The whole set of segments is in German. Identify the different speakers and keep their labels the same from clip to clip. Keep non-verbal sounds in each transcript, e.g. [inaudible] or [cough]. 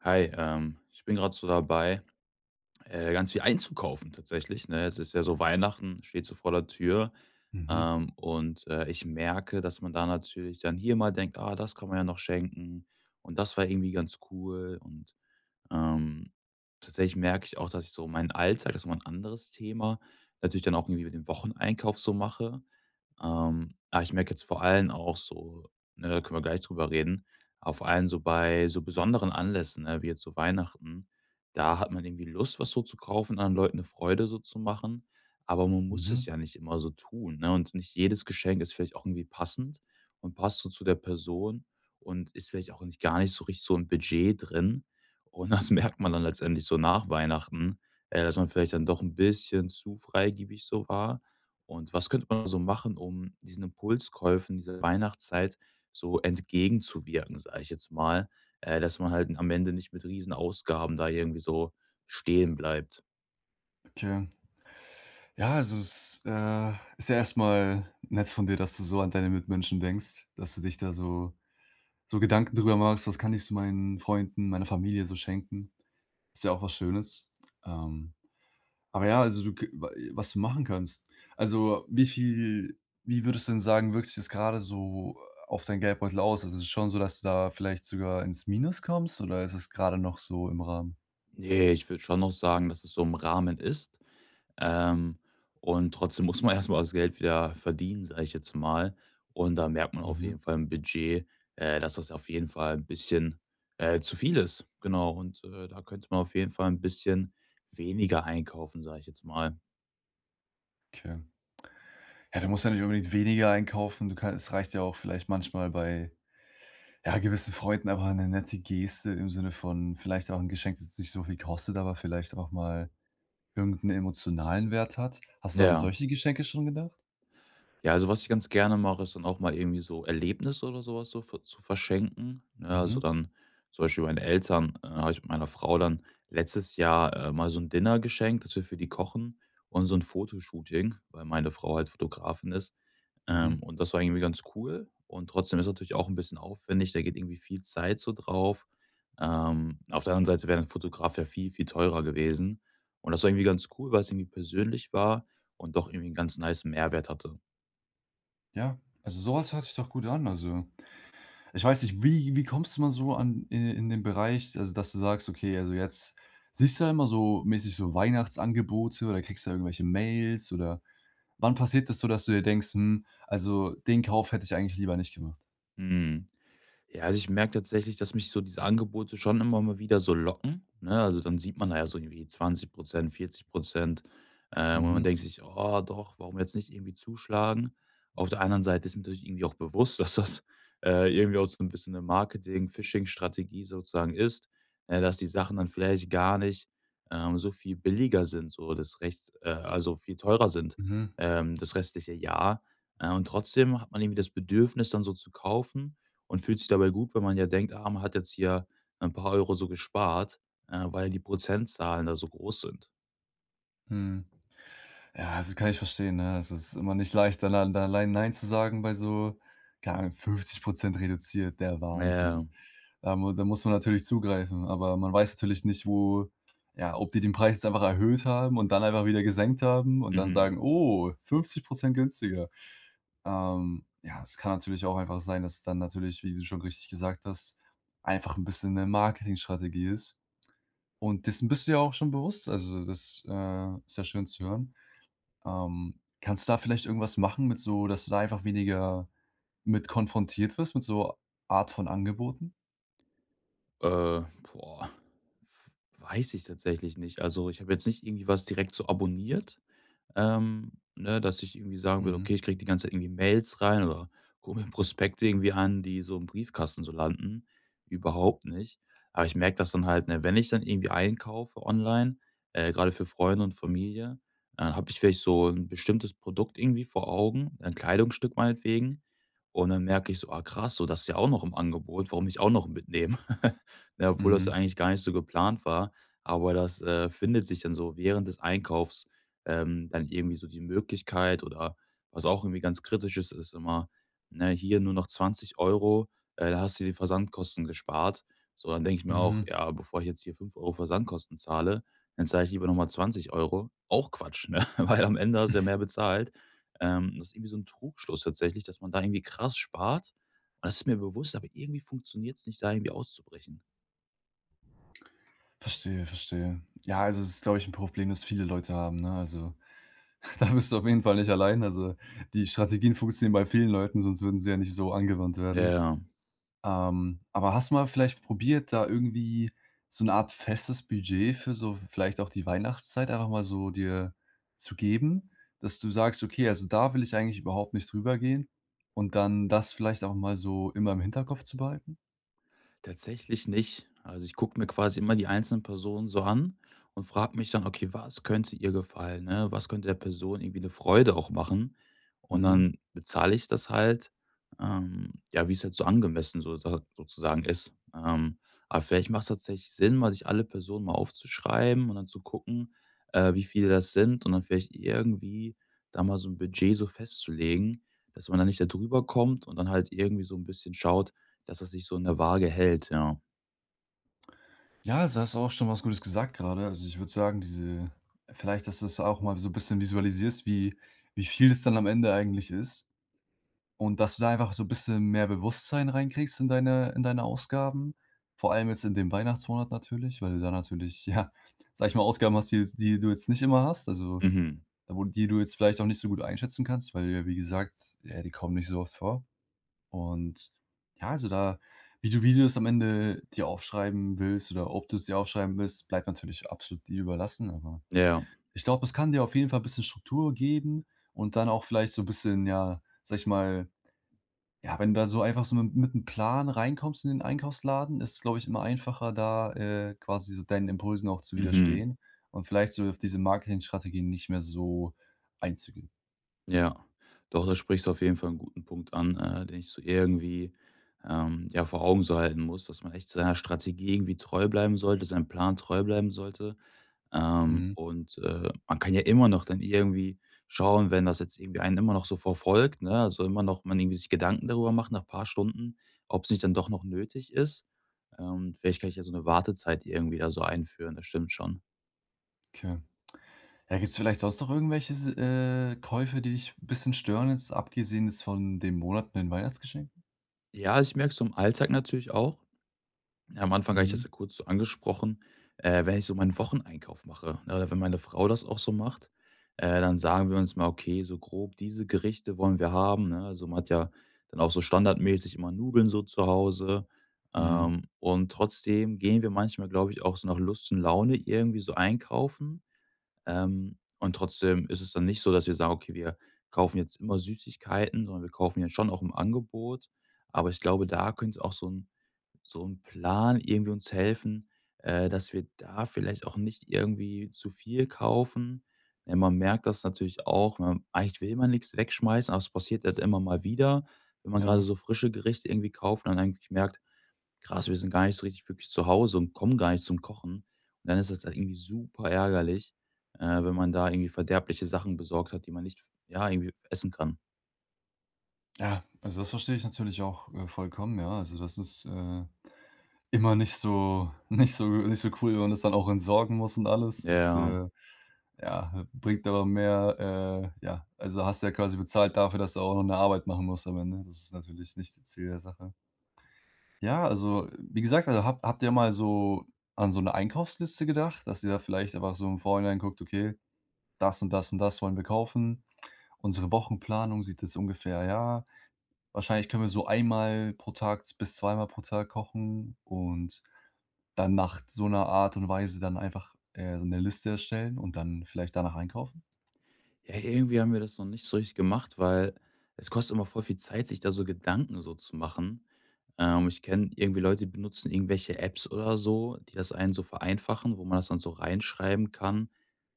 Speaker 1: Hi, ich bin gerade so dabei, ganz viel einzukaufen tatsächlich, ne? Es ist ja so Weihnachten, steht so vor der Tür,
Speaker 2: Mhm,
Speaker 1: und ich merke, dass man da natürlich dann hier mal denkt: „Ah, das kann man ja noch schenken und das war irgendwie ganz cool“ ähm, tatsächlich merke ich auch, dass ich so meinen Alltag, das ist nochmal ein anderes Thema, natürlich dann auch irgendwie mit dem Wocheneinkauf so mache. Aber ich merke jetzt vor allem auch so, ne, da können wir gleich drüber reden, aber vor allem so bei so besonderen Anlässen, ne, wie jetzt so Weihnachten, da hat man irgendwie Lust, was so zu kaufen, anderen Leuten eine Freude so zu machen. Aber man muss
Speaker 2: mhm,
Speaker 1: es ja nicht immer so tun. Ne? Und nicht jedes Geschenk ist vielleicht auch irgendwie passend und passt so zu der Person und ist vielleicht auch nicht gar nicht so richtig so im Budget drin. Und das [laughs] merkt man dann letztendlich so nach Weihnachten, dass man vielleicht dann doch ein bisschen zu freigebig so war. Und was könnte man so machen, um diesen Impulskäufen dieser Weihnachtszeit so entgegenzuwirken, sage ich jetzt mal, dass man halt am Ende nicht mit Riesenausgaben da irgendwie so stehen bleibt?
Speaker 2: okay. Ja, also es, ist ja erstmal nett von dir, dass du so an deine Mitmenschen denkst, dass du dich da so so Gedanken drüber machst: „Was kann ich so meinen Freunden, meiner Familie so schenken?“ Ist ja auch was Schönes. Ähm, aber ja, also du k wa was du machen kannst. Also, wie würdest du denn sagen, wirkt sich das grade so auf dein Geldbeutel aus? Also, ist es schon so, dass du da vielleicht sogar ins Minus kommst oder ist es gerade noch so im Rahmen?
Speaker 1: Ne, ich würde schon noch sagen, dass es so im Rahmen ist. Ähm, und trotzdem muss man [laughs] erstmal das Geld wieder verdienen, sage ich jetzt mal. Und da merkt man auf
Speaker 2: Mhm,
Speaker 1: jeden Fall im Budget, dass das auf jeden Fall ein bisschen, zu viel ist. Genau, und da könnte man auf jeden Fall ein bisschen weniger einkaufen, sage ich jetzt mal.
Speaker 2: okay. Ja, du musst ja nicht unbedingt weniger einkaufen. Du kannst, es reicht ja auch vielleicht manchmal bei, ja, gewissen Freunden einfach eine nette Geste im Sinne von vielleicht auch ein Geschenk, das nicht so viel kostet, aber vielleicht auch mal irgendeinen emotionalen Wert hat. Hast du an
Speaker 1: Ja.
Speaker 2: solche Geschenke schon gedacht?
Speaker 1: Ja, also was ich ganz gerne mache, ist dann auch mal irgendwie so Erlebnisse oder sowas so ver zu verschenken, ne? Also,
Speaker 2: Mhm,
Speaker 1: dann zum Beispiel meine Eltern, habe ich mit meiner Frau dann letztes Jahr, mal so ein Dinner geschenkt, dass wir für die kochen und so ein Fotoshooting, weil meine Frau halt Fotografin ist.
Speaker 2: mhm.
Speaker 1: Und das war irgendwie ganz cool und trotzdem ist natürlich auch ein bisschen aufwendig, da geht irgendwie viel Zeit so drauf. Auf der anderen Seite wäre 'n Fotograf ja viel, viel teurer gewesen und das war irgendwie ganz cool, weil es irgendwie persönlich war und doch irgendwie einen ganz nice Mehrwert hatte.
Speaker 2: Ja, also, sowas was hört sich doch gut an. Also, ich weiß nicht, wie kommst du mal so an in den Bereich, also, dass du sagst: „Okay, also, jetzt siehst du ja immer so mäßig so Weihnachtsangebote oder kriegst du irgendwelche Mails oder Wann passiert das so, dass du dir denkst: „Hm, also den Kauf hätte ich eigentlich lieber nicht gemacht?“
Speaker 1: Mhm. Ja, also ich merke tatsächlich, dass mich so diese Angebote schon immer mal wieder so locken, ne? Also, dann sieht man da ja so irgendwie 20 40 und man
Speaker 2: Mhm,
Speaker 1: denkt sich: „Oh doch, warum jetzt nicht irgendwie zuschlagen?“ Auf der anderen Seite ist mir natürlich irgendwie auch bewusst, [laughs] dass das, irgendwie auch so ein bisschen eine Marketing-Phishing-Strategie sozusagen ist, dass die Sachen dann vielleicht gar nicht, so viel billiger sind, so das rechts also viel teurer sind,
Speaker 2: mhm,
Speaker 1: das restliche Jahr. Und trotzdem hat man irgendwie das Bedürfnis, dann so zu kaufen und fühlt sich dabei gut, weil man ja denkt: „Ah, man hat jetzt hier ein paar Euro so gespart“, weil die Prozentzahlen da so groß sind.
Speaker 2: mhm. Ja, also kann ich verstehen, ne? Es ist immer nicht leicht, dann al da allein nein zu sagen bei so, keine Ahnung, 50 reduziert, der
Speaker 1: Ja,
Speaker 2: Wahnsinn. Da muss man natürlich zugreifen, aber man weiß natürlich nicht, wo ja, ob die den Preis jetzt einfach erhöht haben und dann einfach wieder gesenkt haben und dann
Speaker 1: mhm.
Speaker 2: sagen: „Oh, 50 günstiger.“ Ja, es kann natürlich auch einfach sein, dass es dann natürlich, wie du schon richtig gesagt hast, einfach ein bisschen eine Marketingstrategie ist. Und dessen bist du ja auch schon bewusst, also das, ist ja schön zu hören. Kannst du da vielleicht irgendwas machen mit so dass du da einfach weniger mit konfrontiert wirst, mit so Art von Angeboten?
Speaker 1: Äh, boah, weiß ich tatsächlich nicht. Also, ich habe jetzt nicht irgendwie was direkt so abonniert, ne, dass ich irgendwie sagen würde:
Speaker 2: Mhm,
Speaker 1: „Okay, ich kriege die ganze Zeit irgendwie Mails rein oder gucke mir [laughs] Prospekte irgendwie an, die so im Briefkasten so landen.“ Überhaupt nicht. Aber ich merke das dann halt, ne, wenn ich dann irgendwie einkaufe online, grade für Freunde und Familie, dann habe ich vielleicht so ein bestimmtes Produkt irgendwie vor Augen, ein Kleidungsstück meinetwegen. Und dann merke ich so: „Ah krass, so das ist ja auch noch im Angebot, warum nicht auch noch mitnehmen?“ [laughs] Ne, obwohl das
Speaker 2: mhm,
Speaker 1: eigentlich gar nicht so geplant war, aber das, findet sich dann so während des Einkaufs dann irgendwie so die Möglichkeit oder was auch irgendwie ganz kritisch ist, ist immer, ne, hier nur noch 20 Euro, da hast du die Versandkosten gespart. So, dann denke ich mir auch,
Speaker 2: mhm.
Speaker 1: ja, bevor ich jetzt hier 5 € Versandkosten zahle, dann zahle ich lieber nochmal 20 Euro. Auch Quatsch, ne? [laughs] Weil am Ende hast du ja mehr bezahlt. Das ist irgendwie so ein Trugschluss tatsächlich, dass man da irgendwie krass spart. Und das ist mir bewusst, aber irgendwie funktioniert es nicht, da irgendwie auszubrechen.
Speaker 2: Verstehe, verstehe. Ja, also es ist, glaube ich, ein Problem, das viele Leute haben, ne? Also [laughs] da bist du auf jeden Fall nicht allein. Also, die Strategien funktionieren bei vielen Leuten, sonst würden sie ja nicht so angewandt werden.
Speaker 1: Ja.
Speaker 2: Aber hast du mal vielleicht probiert, da irgendwie so eine Art festes Budget für so vielleicht auch die Weihnachtszeit einfach mal so dir zu geben, dass du sagst: „Okay, also da will ich eigentlich überhaupt nicht drüber gehen“, und dann das vielleicht auch mal so immer im Hinterkopf zu behalten?
Speaker 1: Tatsächlich nicht. Also, ich gucke mir quasi immer die einzelnen Personen so an und frage mich dann: „Okay, was könnte ihr gefallen, ne? Was könnte der Person irgendwie eine Freude auch machen?“ Und
Speaker 2: Mhm.
Speaker 1: dann bezahle ich das halt, ja, wie es halt so angemessen so sa sozusagen ist. Aber vielleicht macht es tatsächlich Sinn, mal sich alle Personen mal aufzuschreiben und dann zu gucken, wie viele das sind und dann vielleicht irgendwie da mal so ein Budget so festzulegen, dass man da nicht da drüber kommt und dann halt irgendwie so ein bisschen schaut, dass es sich so in der Waage hält, ja.
Speaker 2: Ja, also hast du auch schon was Gutes gesagt gerade. Also, ich würde sagen, diese vielleicht, dass du es auch mal so ein bisschen visualisierst, wie viel das dann am Ende eigentlich ist und dass du da einfach so ein bisschen mehr Bewusstsein reinkriegst in deine Ausgaben. Vor allem jetzt in dem Weihnachtsmonat natürlich, weil du da natürlich, [laughs] ja, sag ich mal, Ausgaben hast, die du jetzt nicht immer hast, also,
Speaker 1: Mhm.
Speaker 2: wo die du jetzt vielleicht auch nicht so gut einschätzen kannst, weil ja, wie gesagt, ja, die kommen nicht so oft vor. Und ja, also da wie du das am Ende dir aufschreiben willst oder ob du es dir aufschreiben willst, bleibt natürlich absolut dir überlassen, aber
Speaker 1: Ja.
Speaker 2: ich glaube, es kann dir auf jeden Fall ein bisschen Struktur geben und dann auch vielleicht so ein bisschen, ja, sag ich mal ja, wenn du da so einfach so mit 'nem Plan reinkommst in den Einkaufsladen, ist es, glaube ich, immer einfacher, da, quasi so deinen Impulsen auch zu
Speaker 1: Mhm.
Speaker 2: widerstehen und vielleicht so auf diese Marketingstrategien nicht mehr so einzugehen.
Speaker 1: Ja. Doch, da sprichst du auf jeden Fall einen guten Punkt an, den ich so irgendwie, ja, vor Augen so halten muss, dass man echt seiner Strategie irgendwie treu bleiben sollte, seinem Plan treu bleiben sollte. Ähm,
Speaker 2: Mhm,
Speaker 1: und, äh, man kann ja immer noch dann irgendwie schauen, wenn das jetzt irgendwie einen immer noch so verfolgt, ne, also immer noch man irgendwie sich Gedanken darüber macht nach ein paar Stunden, ob es nicht dann doch noch nötig ist. Vielleicht kann ich ja so eine Wartezeit irgendwie da so einführen, das stimmt schon.
Speaker 2: okay. Ja, gibt es vielleicht sonst noch irgendwelche Käufe, die dich 'n bisschen stören, jetzt abgesehen jetzt von den Monaten monatlichen Weihnachtsgeschenken?
Speaker 1: Ja, also ich merke es so im Alltag natürlich auch. Ja, am Anfang habe ich das
Speaker 2: Mhm,
Speaker 1: ja kurz so angesprochen, wenn ich so meinen Wocheneinkauf mache, ne, oder wenn meine Frau das auch so macht, dann sagen wir uns mal, okay, so grob diese Gerichte wollen wir haben. Ne? Also man hat ja dann auch so standardmäßig immer Nudeln so zu Hause.
Speaker 2: mhm,
Speaker 1: Und trotzdem gehen wir manchmal, glaube ich, auch so nach Lust und Laune irgendwie so einkaufen. Und trotzdem ist es dann nicht so, dass wir sagen: „Okay, wir kaufen jetzt immer Süßigkeiten“, sondern wir kaufen ja schon auch im Angebot. Aber ich glaube, da könnte auch so ein Plan irgendwie uns helfen, dass wir da vielleicht auch nicht irgendwie zu viel kaufen. Man merkt das natürlich auch, man eigentlich will man nichts wegschmeißen, aber es passiert halt immer mal wieder, wenn man gerade
Speaker 2: ja.
Speaker 1: so frische Gerichte irgendwie kauft und dann eigentlich merkt: Krass, wir sind gar nicht so richtig wirklich zu Hause und kommen gar nicht zum Kochen. Und dann ist das halt irgendwie super ärgerlich, wenn man da irgendwie verderbliche Sachen besorgt hat, die man nicht, ja, irgendwie essen kann.
Speaker 2: Ja, also das verstehe ich natürlich auch, vollkommen, ja. Also das ist, immer nicht so [laughs] nicht so cool, wenn man das dann auch entsorgen muss und alles. Das ist,
Speaker 1: Ja.
Speaker 2: ja, bringt aber mehr, ja, also hast du ja quasi bezahlt dafür, dass du auch noch eine Arbeit machen musst am Ende. Das ist natürlich nicht das Ziel der Sache. Ja, also, wie gesagt, also, habt ihr mal so an so eine Einkaufsliste gedacht, dass ihr da vielleicht einfach so im Vorhinein guckt: „Okay, das und das und das wollen wir kaufen. Unsere Wochenplanung sieht jetzt ungefähr ja, wahrscheinlich können wir so einmal pro Tag bis zweimal pro Tag kochen“ und dann nach so einer Art und Weise dann einfach, so 'ne Liste erstellen und dann vielleicht danach einkaufen?
Speaker 1: Ja, irgendwie haben wir das noch nicht so richtig gemacht, weil es kostet immer voll viel Zeit, sich da so Gedanken so zu machen. Ich kenne irgendwie Leute, die benutzen irgendwelche Apps oder so, die das einen so vereinfachen, wo man das dann so reinschreiben kann.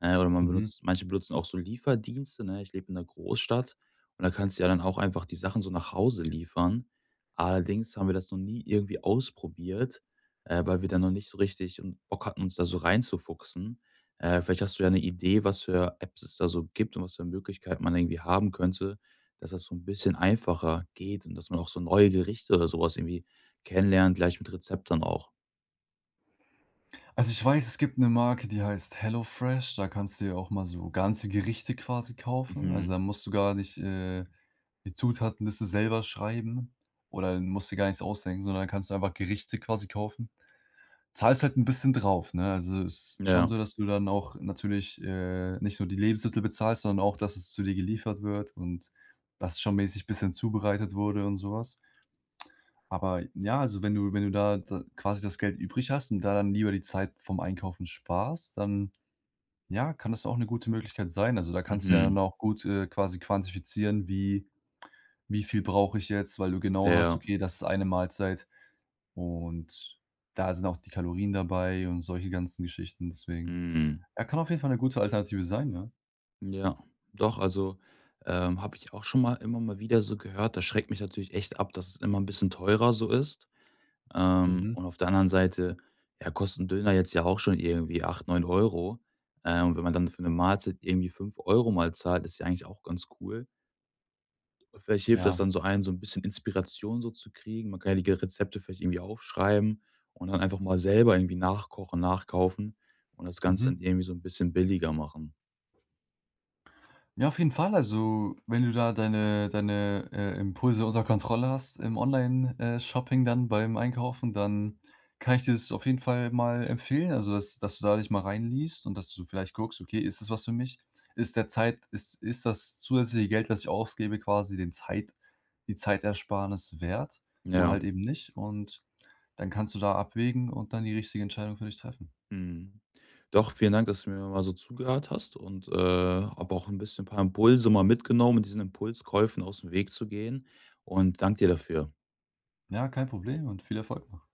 Speaker 1: Oder manche benutzen auch so Lieferdienste, ne? Ich lebe in einer Großstadt und da kannst du ja dann auch einfach die Sachen so nach Hause liefern. Allerdings haben wir das noch nie irgendwie ausprobiert, weil wir da noch nicht so richtig und Bock hatten, uns da so reinzufuchsen. Vielleicht hast du ja eine Idee, was für Apps es da so gibt und was für Möglichkeiten man irgendwie haben könnte, dass das so ein bisschen einfacher geht und dass man auch so neue Gerichte oder sowas irgendwie kennenlernt, gleich mit Rezeptern auch.
Speaker 2: Also, ich weiß, es gibt eine Marke, die heißt HelloFresh. Da kannst du ja auch mal so ganze Gerichte quasi kaufen. Also,
Speaker 1: Mhm.
Speaker 2: da musst du gar nicht, die Zutatenliste selber schreiben oder musst dir gar nichts ausdenken, sondern kannst du einfach Gerichte quasi kaufen. Zahlst halt ein bisschen drauf, ne? Also, es ist schon
Speaker 1: Ja.
Speaker 2: so, dass du dann auch natürlich, nicht nur die Lebensmittel bezahlst, sondern auch, dass es zu dir geliefert wird und dass es schon mäßig ein bisschen zubereitet wurde und sowas. Aber ja, also wenn du da quasi das Geld übrig hast und da dann lieber die Zeit vom Einkaufen sparst, dann, ja, kann das auch eine gute Möglichkeit sein. Also, da kannst du ja
Speaker 1: Mhm.
Speaker 2: dann auch gut, quasi quantifizieren, wie viel brauche ich jetzt, weil du genau hast,
Speaker 1: Ja.
Speaker 2: okay, das ist eine Mahlzeit und da sind auch die Kalorien dabei und solche ganzen Geschichten. Deswegen,
Speaker 1: Mhm.
Speaker 2: er kann auf jeden Fall eine gute Alternative sein, ja.
Speaker 1: Ja, also, habe ich auch schon mal immer mal wieder so gehört. Das schreckt mich natürlich echt ab, dass es immer ein bisschen teurer so ist.
Speaker 2: Mhm.
Speaker 1: Und auf der anderen Seite, ja, kostet 'n Döner jetzt ja auch schon irgendwie 8, 9 Euro. Und wenn man dann für eine Mahlzeit irgendwie 5 € mal zahlt, ist ja eigentlich auch ganz cool. Und vielleicht hilft das
Speaker 2: Ja.
Speaker 1: dann so einen, so ein bisschen Inspiration so zu kriegen. Man kann ja die Rezepte vielleicht irgendwie aufschreiben und dann einfach mal selber irgendwie nachkochen, nachkaufen und das Ganze dann
Speaker 2: Mhm.
Speaker 1: irgendwie so ein bisschen billiger machen.
Speaker 2: Ja, auf jeden Fall. Also, wenn du da deine, Impulse unter Kontrolle hast im Online Shopping dann beim Einkaufen, dann kann ich dir das auf jeden Fall mal empfehlen. Also, dass du da dich mal reinliest und dass du so vielleicht guckst: „Okay, ist das was für mich? Ist der Zeit ist ist das zusätzliche Geld, das ich ausgebe, quasi den Zeit die Zeitersparnis wert oder
Speaker 1: Ja,
Speaker 2: halt eben nicht?“ Und dann kannst du da abwägen und dann die richtige Entscheidung für dich treffen.
Speaker 1: mhm. Doch, vielen Dank, dass du mir mal so zugehört hast und, habe auch ein bisschen ein paar Impulse mal mitgenommen, diesen Impulskäufen aus dem Weg zu gehen und danke dir dafür.
Speaker 2: Ja, kein Problem und viel Erfolg noch.